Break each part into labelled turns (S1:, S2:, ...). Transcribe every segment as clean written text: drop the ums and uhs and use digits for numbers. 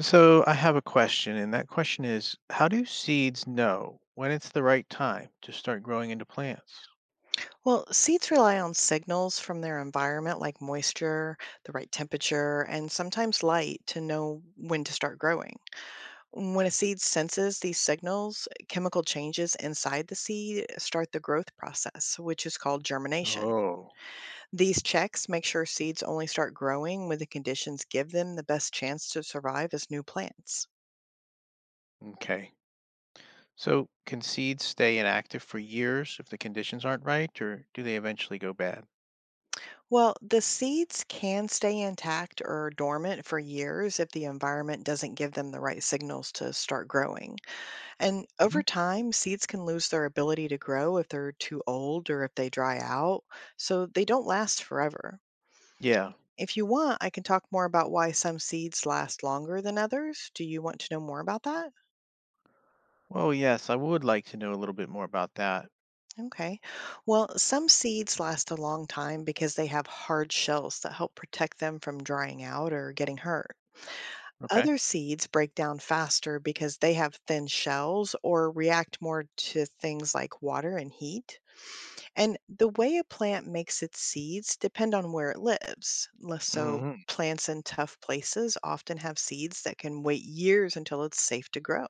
S1: So I have a question, and that question is, how do seeds know when it's the right time to start growing into plants?
S2: Well, seeds rely on signals from their environment like moisture, the right temperature, and sometimes light to know when to start growing. When a seed senses these signals, chemical changes inside the seed start the growth process, which is called germination.
S1: Oh,
S2: These checks make sure seeds only start growing when the conditions give them the best chance to survive as new plants.
S1: okay. So can seeds stay inactive for years if the conditions aren't right, or do they eventually go bad?
S2: Well, the seeds can stay intact or dormant for years if the environment doesn't give them the right signals to start growing. And over
S1: Mhm.
S2: time, seeds can lose their ability to grow if they're too old or if they dry out, so they don't last forever.
S1: Yeah.
S2: If you want, I can talk more about why some seeds last longer than others. Do you want to know more about that?
S1: Well, yes, I would like to know a little bit more about that.
S2: Okay. Well, some seeds last a long time because they have hard shells that help protect them from drying out or getting hurt.
S1: Okay.
S2: Other seeds break down faster because they have thin shells or react more to things like water and heat. And the way a plant makes its seeds depend on where it lives. Less so,
S1: Hmm.
S2: plants in tough places often have seeds that can wait years until it's safe to grow.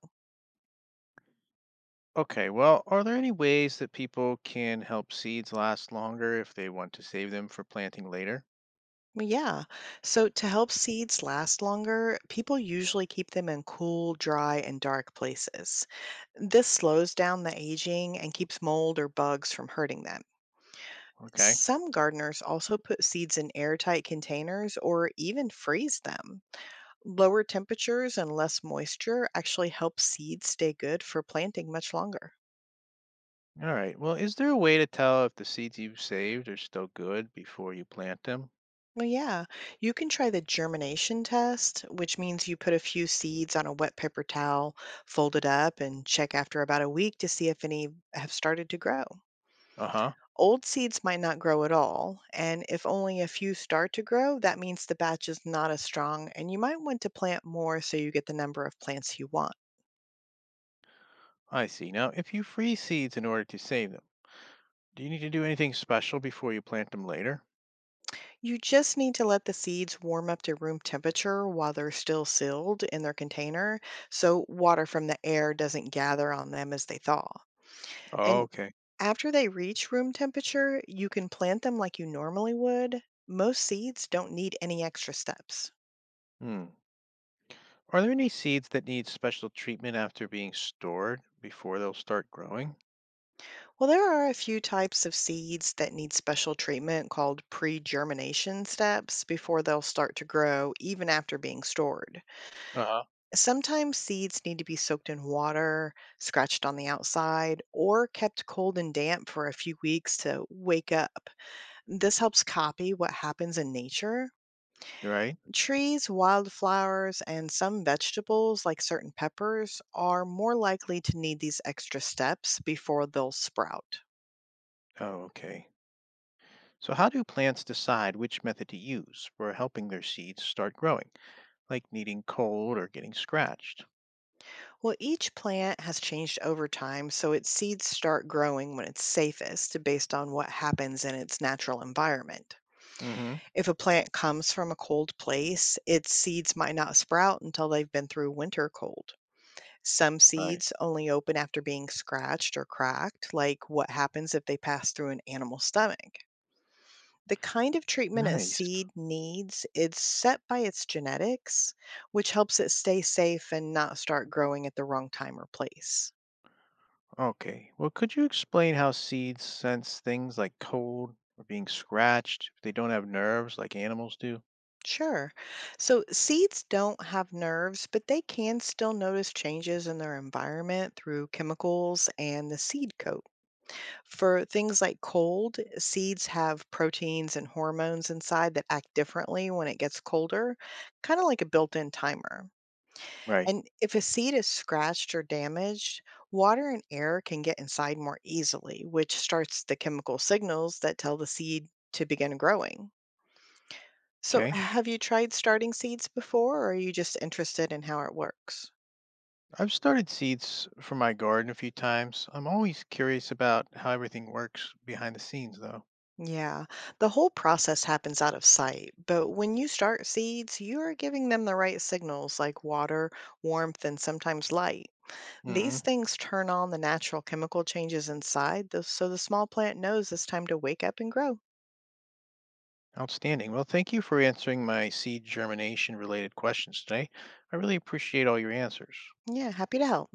S1: Okay. Well, are there any ways that people can help seeds last longer if they want to save them for planting later?
S2: Yeah. So to help seeds last longer, people usually keep them in cool, dry, and dark places. This slows down the aging and keeps mold or bugs from hurting them.
S1: Okay.
S2: Some gardeners also put seeds in airtight containers or even freeze them. Lower temperatures and less moisture actually help seeds stay good for planting much longer.
S1: All right. Well, is there a way to tell if the seeds you've saved are still good before you plant them?
S2: Well, yeah, you can try the germination test, which means you put a few seeds on a wet paper towel, fold it up, and check after about a week to see if any have started to grow.
S1: Uh huh.
S2: Old seeds might not grow at all, and if only a few start to grow, that means the batch is not as strong, and you might want to plant more so you get the number of plants you want.
S1: I see. Now, if you freeze seeds in order to save them, do you need to do anything special before you plant them later?
S2: You just need to let the seeds warm up to room temperature while they're still sealed in their container so water from the air doesn't gather on them as they thaw.
S1: Oh,
S2: And
S1: okay.
S2: after they reach room temperature, you can plant them like you normally would. Most seeds don't need any extra steps.
S1: Hmm. Are there any seeds that need special treatment after being stored before they'll start growing?
S2: Well, there are a few types of seeds that need special treatment called pre germination steps before they'll start to grow, even after being stored.
S1: Uh huh.
S2: Sometimes seeds need to be soaked in water, scratched on the outside, or kept cold and damp for a few weeks to wake up. This helps copy what happens in nature.
S1: Right?
S2: Trees, wildflowers, and some vegetables, like certain peppers, are more likely to need these extra steps before they'll sprout.
S1: Oh, okay. So how do plants decide which method to use for helping their seeds start growing, like needing cold or getting scratched?
S2: Well, each plant has changed over time, so its seeds start growing when it's safest based on what happens in its natural environment.
S1: Mm hmm.
S2: If a plant comes from a cold place, its seeds might not sprout until they've been through winter cold. Some
S1: Right.
S2: seeds only open after being scratched or cracked, like what happens if they pass through an animal's stomach. The kind of treatment a
S1: Nice.
S2: seed needs is set by its genetics, which helps it stay safe and not start growing at the wrong time or place.
S1: Okay. Well, could you explain how seeds sense things like cold or being scratched if they don't have nerves like animals do?
S2: Sure. So seeds don't have nerves, but they can still notice changes in their environment through chemicals and the seed coat. For things like cold, seeds have proteins and hormones inside that act differently when it gets colder, kind of like a built in timer.
S1: Right.
S2: And if a seed is scratched or damaged, water and air can get inside more easily, which starts the chemical signals that tell the seed to begin growing. So,
S1: Okay.
S2: have you tried starting seeds before, or are you just interested in how it works?
S1: I've started seeds for my garden a few times. I'm always curious about how everything works behind the scenes, though.
S2: Yeah, the whole process happens out of sight, but when you start seeds, you are giving them the right signals like water, warmth, and sometimes light. These
S1: Hmm.
S2: things turn on the natural chemical changes inside, so the small plant knows it's time to wake up and grow.
S1: Outstanding. Well, thank you for answering my seed germination related questions today. I really appreciate all your answers.
S2: Yeah, happy to help.